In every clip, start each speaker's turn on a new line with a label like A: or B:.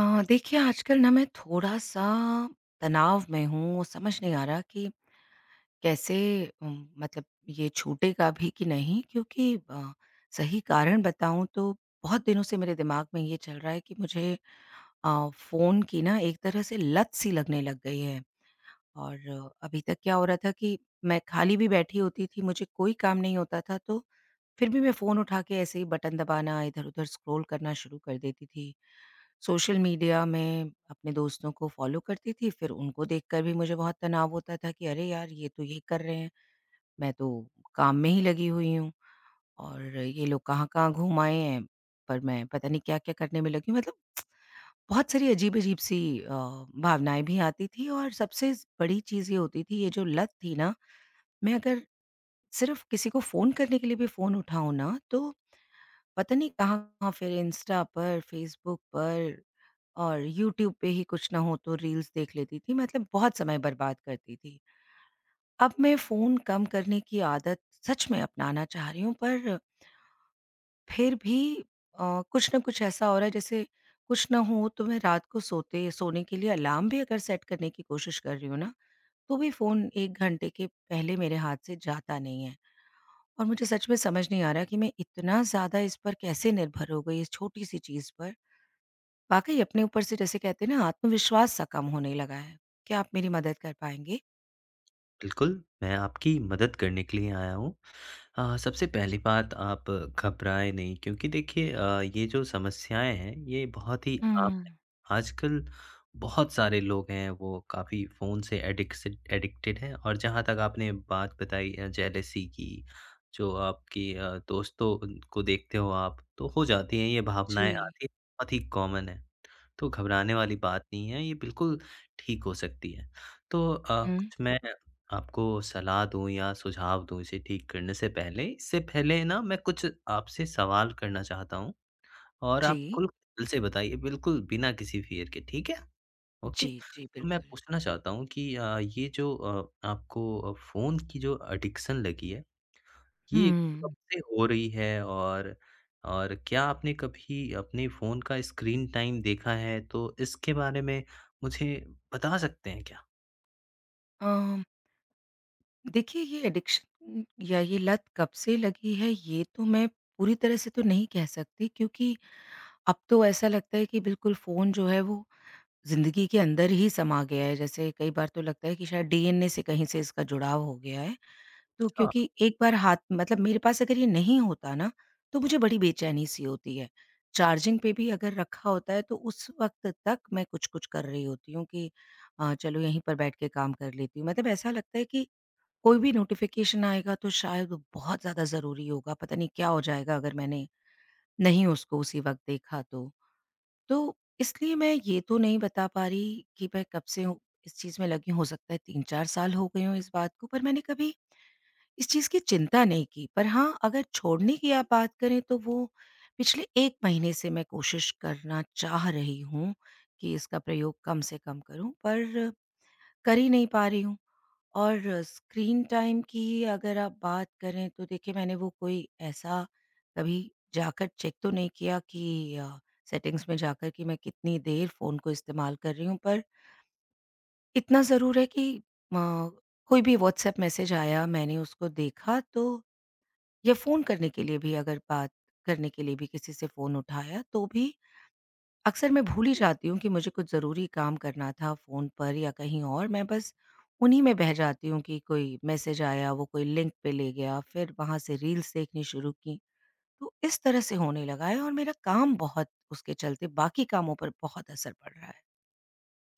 A: देखिए आजकल ना मैं थोड़ा-सा तनाव में हूँ। समझ नहीं आ रहा कि कैसे, मतलब, ये छूटेगा भी कि नहीं, क्योंकि सही कारण बताऊँ तो बहुत दिनों से मेरे दिमाग में ये चल रहा है कि मुझे फ़ोन की ना एक तरह से लत सी लगने लग गई है। और अभी तक क्या हो रहा था कि मैं खाली भी बैठी होती थी, मुझे कोई काम नहीं होता था, तो फिर भी मैं फ़ोन उठा के ऐसे ही बटन दबाना, इधर-उधर स्क्रॉल करना शुरू कर देती थी। सोशल मीडिया में अपने दोस्तों को फ़ॉलो करती थी, फिर उनको देखकर भी मुझे बहुत तनाव होता था कि अरे यार! ये तो ये कर रहे हैं, मैं तो काम में ही लगी हुई हूँ और ये लोग कहाँ-कहाँ घूम आए हैं, पर मैं पता नहीं क्या-क्या करने में लगी हूँ। मतलब, बहुत सारी अजीब-अजीब सी भावनाएँ भी आती थी, और सबसे ज़ बड़ी चीज़ ये होती थी, ये जो लत थी ना, मैं अगर सिर्फ़ किसी को फ़ोन करने के लिए भी फ़ोन उठाऊँ ना, तो पता नहीं कहाँ-कहाँ फिर इंस्टा पर, फ़ेसबुक पर, और यूट्यूब पे ही कुछ ना हो तो रील्स देख लेती थी, मतलब बहुत समय बर्बाद करती थी। अब मैं फ़ोन कम करने की आदत सच में अपनाना चाह रही हूँ, पर फिर भी कुछ ना कुछ ऐसा हो रहा है, जैसे कुछ ना हो तो मैं रात को सोते सोने के लिए अलार्म भी अगर सेट करने की कोशिश कर रही हूँ ना, तो भी फ़ोन 1 घंटे के पहले मेरे हाथ से जाता नहीं है। और मुझे सच में समझ नहीं आ रहा कि मैं इतना ज़्यादा इस पर कैसे निर्भर हो गई, इस छोटी-सी चीज़ पर। वाक़ई अपने ऊपर से जैसे कहते हैं ना, आत्मविश्वास सा कम होने लगा है। क्या आप मेरी मदद कर पाएँगे?
B: बिल्कुल, मैं आपकी मदद करने के लिए आया हूँ। सबसे पहली
A: जी।
B: बात आप घबराएँ नहीं क्योंकि देखिए ये जो समस्याएँ हैं ये बहुत ही आम है।
A: हुँ।
B: आजकल बहुत सारे लोग हैं वो काफ़ी फ़ोन से एडिक्सेड एडिक्टेड हैं और जहाँ तक आपने बात बताई जेलसी की जो आपकी दोस्तों को देखते हो आप तो हो जाती हैं ये भावनाएँ
A: जी।
B: आती हैं, बहुत ही कॉमन है। तो घबराने वाली बात नहीं है, ये बिल्कुल ठीक हो सकती है। तो
A: हुँ।
B: कुछ मैं आपको सलाह दूँ या सुझाव दूँ इसे ठीक करने से पहले, इससे पहले ना मैं कुछ आपसे सवाल करना चाहता हूँ और आप
A: जी।
B: खुल दिल से बताइए बिल्कुल बिना किसी फ़ियर के, ठीक है? ओके?
A: जी, जी,
B: तो मैं
A: बिल्कुल।
B: पूछना चाहता हूँ कि अ, ये जो अ, आपको अ, फ़ोन की जो एडिक्शन लगी है ये कब
A: हुँ।
B: से हो रही है और क्या आपने कभी अपने फ़ोन का स्क्रीन टाइम देखा है? तो इसके बारे में मुझे बता सकते हैं क्या?
A: अ, देखिए, ये एडिक्शन या ये लत कब से लगी है, ये तो मैं पूरी तरह से तो नहीं कह सकती, क्योंकि अब तो ऐसा लगता है कि बिल्कुल फ़ोन जो है वो ज़िंदगी के अंदर ही समा गया है। जैसे कई बार तो लगता है कि शायद डीएनए से कहीं से इसका जुड़ाव हो गया है। तो क्योंकि एक बार हाथ मतलब मेरे पास अगर ये नहीं होता ना, तो मुझे बड़ी बेचैनी-सी होती है। चार्जिंग पे भी अगर रखा होता है तो उस वक़्त तक मैं कुछ-कुछ कर रही होती हूँ कि चलो यहीं पर बैठ के काम कर लेती हूँ। मतलब ऐसा लगता है कि कोई भी नोटिफ़िकेशन आएगा तो शायद वो बहुत ज़्यादा ज़रूरी होगा, पता नहीं क्या हो जाएगा अगर मैंने नहीं उसको उसी वक़्त देखा तो। तो इसलिए मैं ये तो नहीं बता पा रही कि मैं कब से हूँ इस चीज़ में लगी हूँ। हो सकता है 3-4 साल हो गए हों इस बात को, पर मैंने कभी इस चीज़ की चिंता नहीं की। पर हाँ, अगर छोड़ने की आप बात करें तो वो पिछले 1 महीने से मैं कोशिश करना चाह रही हूँ कि इसका प्रयोग कम से कम करूँ, पर कर ही नहीं पा रही हूँ। और स्क्रीन टाइम की अगर आप बात करें तो देखिए, मैंने वो कोई ऐसा कभी जाकर चेक तो नहीं किया कि सेटिंग्स में जाकर कि मैं कितनी देर फ़ोन को इस्तेमाल कर रही हूँ, पर इतना ज़रूर है कि अ, कोई भी व्हाट्सएप मैसेज आया, मैंने उसको देखा, तो या फ़ोन करने के लिए भी अगर बात करने के लिए भी किसी से फ़ोन उठाया, तो भी अक्सर मैं भूल ही जाती हूँ कि मुझे कुछ ज़रूरी काम करना था फ़ोन पर या कहीं और, मैं बस उन्हीं में बह जाती हूँ कि कोई मैसेज आया, वो कोई लिंक पे ले गया, फिर वहाँ से रील्स देखनी शुरू की। तो इस तरह से होने लगा है और मेरा काम बहुत, उसके चलते बाकी कामों पर बहुत असर पड़ रहा है।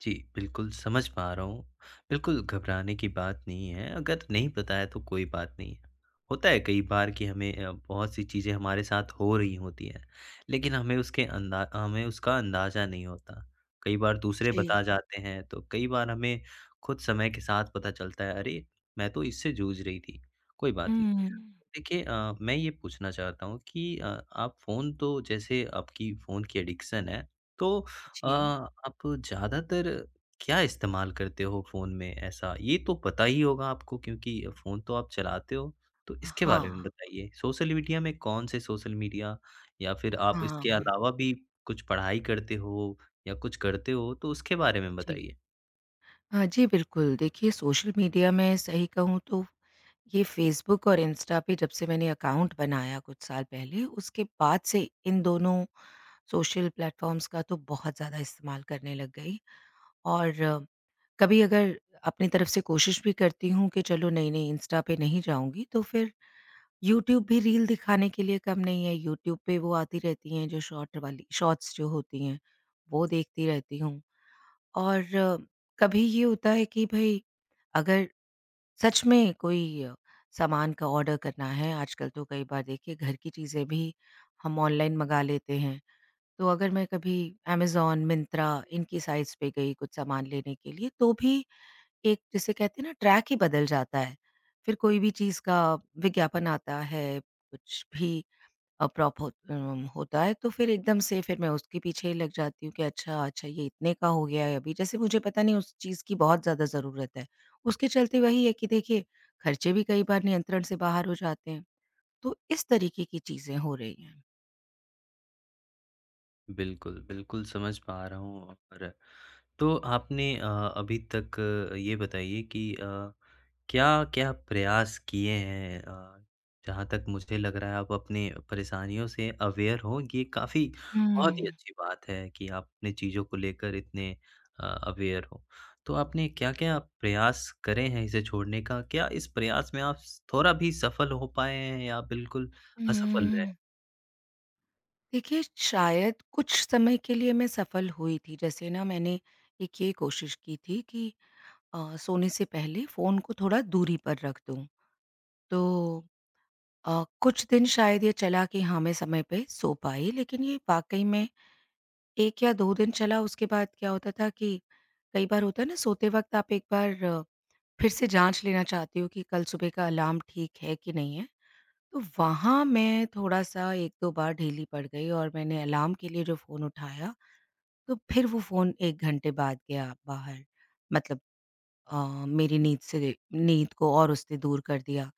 B: जी, बिल्कुल समझ पा रहा हूँ। बिल्कुल घबराने की बात नहीं है, अगर नहीं पता है तो कोई बात नहीं है। होता है कई बार कि बहुत सी चीज़ें हमारे साथ हो रही होती हैं, लेकिन हमें उसका अंदाज़ा नहीं होता। कई बार दूसरे
A: जी।
B: बता जाते हैं, तो कई बार हमें खुद समय के साथ पता चलता है, "अरे! मैं तो इससे जूझ रही थी।" कोई बात नहीं।
A: हुँ।
B: देखिए मैं ये पूछना चाहता हूँ कि आप फ़ोन तो जैसे आपकी फ़ोन की एडिक्शन है, तो
A: जी।
B: आप ज़्यादातर क्या इस्तेमाल करते हो फ़ोन में ऐसा? ये तो पता ही होगा आपको क्योंकि फ़ोन तो आप चलाते हो, तो इसके बारे में
A: हाँ,
B: बताइए। सोशल मीडिया में कौन से सोशल मीडिया या फिर आप इसके
A: हाँ,
B: अलावा भी कुछ पढ़ाई करते हो या कुछ करते हो, तो उसके बारे में
A: जी।
B: बताइए।
A: हाँ जी, बिल्कुल। देखिए, सोशल मीडिया में सही कहूँ तो ये फ़ेसबुक और इंस्टा पे जब से मैंने अकाउंट बनाया कुछ साल पहले, उसके बाद से इन दोनों सोशल प्लेटफ़ॉर्म्स का तो बहुत ज़्यादा इस्तेमाल करने लग गई, और कभी अगर अपनी तरफ से कोशिश भी करती हूँ कि चलो नहीं-नहीं इंस्टा पे नहीं जाऊँगी, तो फिर यूट्यूब भी रील दिखाने के लिए कम नहीं है। यूट्यूब पे वो आती रहती हैं जो शॉर्ट वाली शॉर्ट्स जो होती हैं, वो देखती रहती हूँ। और कभी ये होता है कि भई अगर सच में कोई सामान का ऑर्डर करना है, आजकल तो कई बार देखिए घर की चीज़ें भी हम ऑनलाइन मँगा लेते हैं। तो अगर मैं कभी अमेज़न, मिंत्रा, इनकी साइट्स पे गई कुछ सामान लेने के लिए, तो भी एक, जिसे कहते हैं ना, ट्रैक ही बदल जाता है। फिर कोई भी चीज़ का विज्ञापन आता है, कुछ भी होता है, तो फिर एकदम से फिर मैं उसके पीछे ही लग जाती हूँ कि अच्छा, अच्छा, ये इतने का हो गया है अभी, जैसे मुझे पता नहीं उस चीज़ की बहुत ज़्यादा ज़रूरत है। उसके चलते वही है कि देखिए, खर्चे भी कई बार नियंत्रण से बाहर हो जाते हैं। तो इस तरीके की चीज़ें हो रही हैं।
B: बिल्कुल, बिल्कुल समझ पा रहा हूँ और तो आपने अभी तक ये बताइए कि क्या-क्या प्रयास किए हैं? जहाँ तक मुझे लग रहा है आप अपनी परेशानियों से अवेयर हो, ये काफ़ी बहुत ही
A: हुँ।
B: अच्छी बात है कि आप अपनी चीज़ों को लेकर इतने अवेयर हो। तो आपने क्या-क्या प्रयास करे हैं इसे छोड़ने का? क्या इस प्रयास में आप स थोड़ा भी सफल हो पाए हैं या बिल्कुल असफल रहे?
A: हुँ। देखिए, शायद कुछ समय के लिए मैं सफल हुई थी। जैसे ना, मैंने एक ये कोशिश की थी कि सोने से पहले फ़ोन को थोड़ा दूरी पर रख दूँ। तो कुछ दिन शायद ये चला कि हाँ, मैं समय पे सो पाई, लेकिन ये वाक़ई में 1 या 2 दिन चला, उसके बाद क्या होता था कि, कई बार होता है ना, सोते वक़्त आप एक बार फिर से जाँच लेना चाहती हो कि कल सुबह का अलार्म ठीक है कि नहीं है। तो वहाँ मैं थोड़ा-सा 1-2 बार ढीली पड़ गई और मैंने अलार्म के लिए जो फ़ोन उठाया, तो फिर वो फ़ोन 1 घंटे बाद गया बाहर, मतलब मेरी नींद को और उससे दूर कर दिया।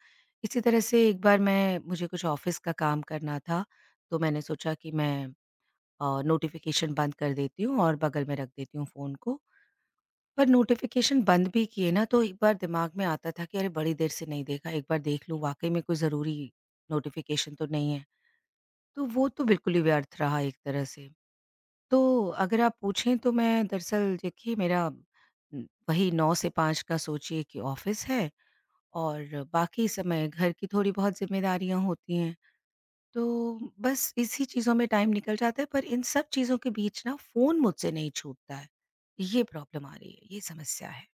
A: इसी तरह से एक बार मैं, मुझे कुछ ऑफ़िस का काम करना था, तो मैंने सोचा कि मैं नोटिफ़िकेशन बंद कर देती हूँ और बगल में रख देती हूँ फ़ोन को। पर नोटिफ़िकेशन बंद भी किए ना, तो एक बार दिमाग में आता था कि अरे, बड़ी देर से नहीं देखा, एक बार देख लूँ वाक़ई में कोई ज़रूरी नोटिफ़िकेशन तो नहीं है। तो वो तो बिल्कुल ही व्यर्थ रहा एक तरह से। तो अगर आप पूछें तो मैं दरअसल देखिए, मेरा वही 9 से 5 का सोचिए कि ऑफ़िस है, और बाकी समय घर की थोड़ी बहुत ज़िम्मेदारियाँ होती हैं। तो बस इसी चीज़ों में टाइम निकल जाता है, पर इन सब चीज़ों के बीच ना, फ़ोन मुझसे नहीं छूटता है। ये प्रॉब्लम आ रही है, ये समस्या है।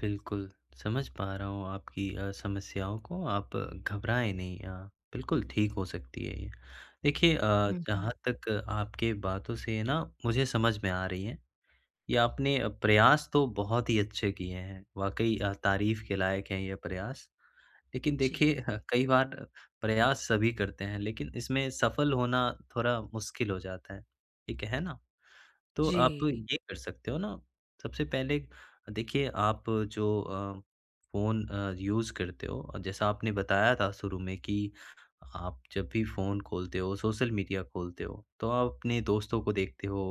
B: बिल्कुल, समझ पा रहा हूँ आपकी समस्याओं को, आप घबराएँ नहीं बिल्कुल ठीक हो सकती है ये। देखिए
A: हुँ, हुँ।
B: जहाँ तक आपके बातों से ना मुझे समझ में आ रही है, ये आपने प्रयास तो बहुत ही अच्छे किए हैं, वाक़ई तारीफ़ के लायक हैं ये प्रयास। लेकिन
A: जी,
B: देखिए ह कई बार प्रयास सभी करते हैं, लेकिन इसमें सफल होना थोड़ा मुश्किल हो जाता है, ठीक है ना? तो आप
A: जी,
B: ये कर सकते हो ना, सबसे पहले देखिए आप जो फ़ोन यूज़ करते हो और जैसा आपने बताया था शुरू में कि आप जब भी फ़ोन खोलते हो, सोशल मीडिया खोलते हो, तो आप अपने दोस्तों को देखते हो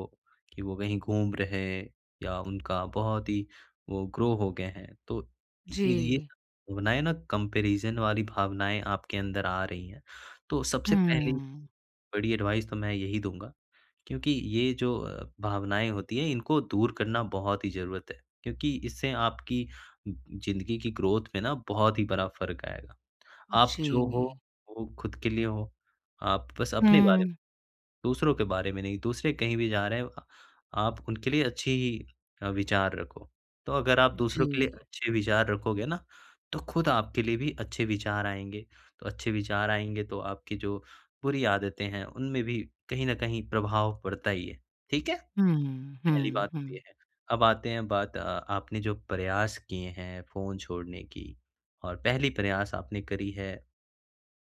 B: कि वो कहीं घूम रहे हैं या उनका बहुत ही वो ग्रो हो गए हैं। तो इ इन ये
A: जी।
B: भावनाएँ ना कंपैरिज़न वाली भावनाएँ आपके अंदर आ रही हैं। तो सबसे पहली
A: हुँ।
B: बड़ी एडवाइस तो मैं यही दूँगा क्योंकि ये जो भावनाएँ होती हैं इनको दूर करना बहुत ही ज़रूरत है। क्योंकि इससे आपकी ज़िंदगी की ग्रोथ में ना बहुत ही बड़ा फ़र्क आएगा। आप जो हो,
A: जी।
B: वो खुद के लिए हो। आप बस अपने बारे
A: हुँ।
B: दूसरों के बारे में नहीं, दूसरे कहीं भी जा रहे हैं आप उनके लिए अच्छी ही विचार रखो। तो अगर आप
A: जी।
B: दूसरों के लिए अच्छे विचार रखोगे ना, तो खुद आपके लिए भी अच्छे विचार आएँगे। तो अच्छे विचार आएँगे तो आपकी जो बुरी आदतें हैं, उनमें भी कहीं न कहीं प्रभाव पड़ता ही है। ठीक है?
A: हुँ,
B: पहली
A: हुँ,
B: बात तो
A: हुँ।
B: ये है। अब आते हैं बात आपने जो प्रयास किए हैं फ़ोन छोड़ने की और पहली प्रयास आपने करी है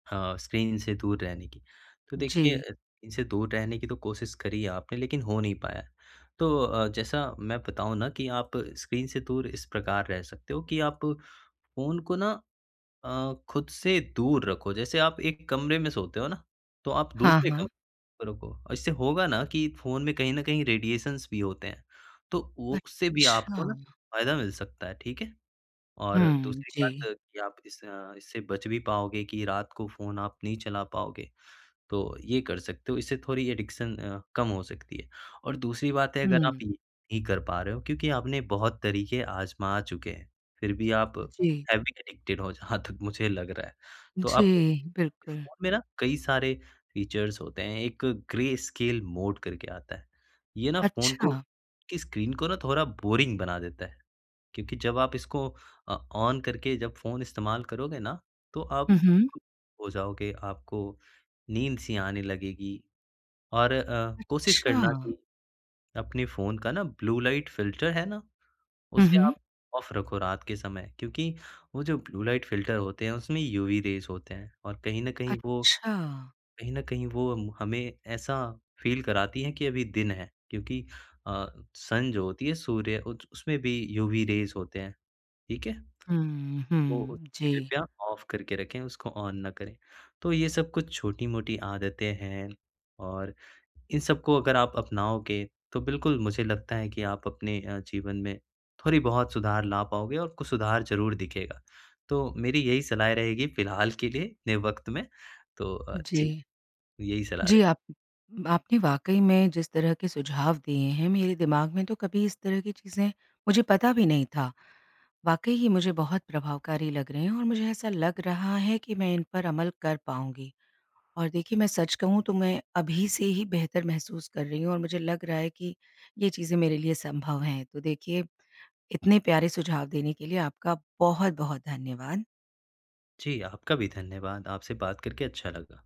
B: हाँ, स्क्रीन से दूर रहने की। तो
A: जी।
B: देखिए स्क्रीन से दूर रहने की तो कोशिश करी है आपने लेकिन हो नहीं पाया। तो जैसा मैं बताऊँ ना कि आप स्क्रीन से दूर इस प्रकार रह सकते हो कि आप फ़ोन को ना खुद से दूर रखो। जैसे आप एक कमरे में सोते हो ना, तो आप
A: हाँ,
B: दूसरे
A: हाँ।
B: कमरे में रखो और इससे होगा ना कि फ़ोन में कहीं न कहीं रेडिएशंस भी होते हैं। तो वो उससे भी
A: अच्छा।
B: आपको ना फ़ायदा मिल सकता है, ठीक है? और
A: हुँ,
B: दूसरी बात
A: जी।
B: कि आप इस इससे बच भी पाओगे कि रात को फ़ोन आप नहीं चला पाओगे, तो ये कर सकते हो। इससे थोड़ी एडिक्शन कम हो सकती है और दूसरी बात है अगर
A: हुँ,
B: आप ये नहीं कर पा रहे हो क्योंकि आपने बहुत तरीके आज़मा चुके हैं, फिर भी आप
A: जी।
B: हैवी एडिक्टेड हो जहाँ तक मुझे लग रहा है। तो
A: जी,
B: आप
A: बिल्कुल।
B: फ़ोन में ना कई सारे फीचर्स होते हैं, एक ग्रे स्केल मोड करके आता है। ये ना फ़ोन
A: अच्छा।
B: को की स्क्रीन को ना थोड़ा बोरिंग बना देता है। क्योंकि जब आप इसको ऑन करके जब फ़ोन इस्तेमाल करोगे ना, तो आप
A: हुँ, हुँ।
B: बिल्कुल हो जाओगे, आपको नींद सी आने लगेगी और कोशिश
A: अच्छा।
B: करना कि अपने फ़ोन का ना ब्लू लाइट फ़िल्टर है ना,
A: हुँ,
B: उसे
A: हुँ।
B: आप ऑफ़ रखो रात के समय क्योंकि वो जो ब्लू लाइट फ़िल्टर होते हैं, उसमें यूवी रेज़ होते हैं और
A: अच्छा।
B: कहीं न कहीं वो हम हमें ऐसा फ़ील कराती हैं कि अभी दिन है क्योंकि अ, सन जो होती है सूर्य उच उसमें भी यूवी रेज़ होते हैं, ठीक है?
A: हुँ,
B: तो
A: हुँ।
B: उसको
A: जी,
B: कृपया ऑफ करके रखें, उसको ऑन ना करें। तो ये सब कुछ छोटी-मोटी आदतें हैं और इन सबको अगर आप अपनाओगे, तो बिल्कुल मुझे लगता है कि आप अपने जीवन में थोड़ी बहुत सुधार ला पाओगे और कुछ सुधार ज़रूर दिखेगा। तो मेरी यही सलाह रहेगी फ़िलहाल के लिए, नए वक़्त में। तो जी,
A: जी।
B: यही सलाह
A: जी,
B: रहे
A: आप आपने वाक़ई में जिस तरह के सुझाव दिए हैं, मेरे दिमाग में तो कभी इस तरह की चीज़ें, मुझे पता भी नहीं था। वाक़ई ही मुझे बहुत प्रभावकारी लग रहे हैं और मुझे ऐसा लग रहा है कि मैं इन पर अमल कर पाऊँगी। और देखिए, मैं सच कहूँ तो मैं अभी से ही बेहतर महसूस कर रही हूँ और मुझे लग रहा है कि ये चीज़ें मेरे लिए संभव हैं। तो देखिए, इतने प्यारे सुझाव देने के लिए आपका बहुत-बहुत धन्यवाद।
B: जी, आपका भी धन्यवाद। आपसे बात करके अच्छा लगा।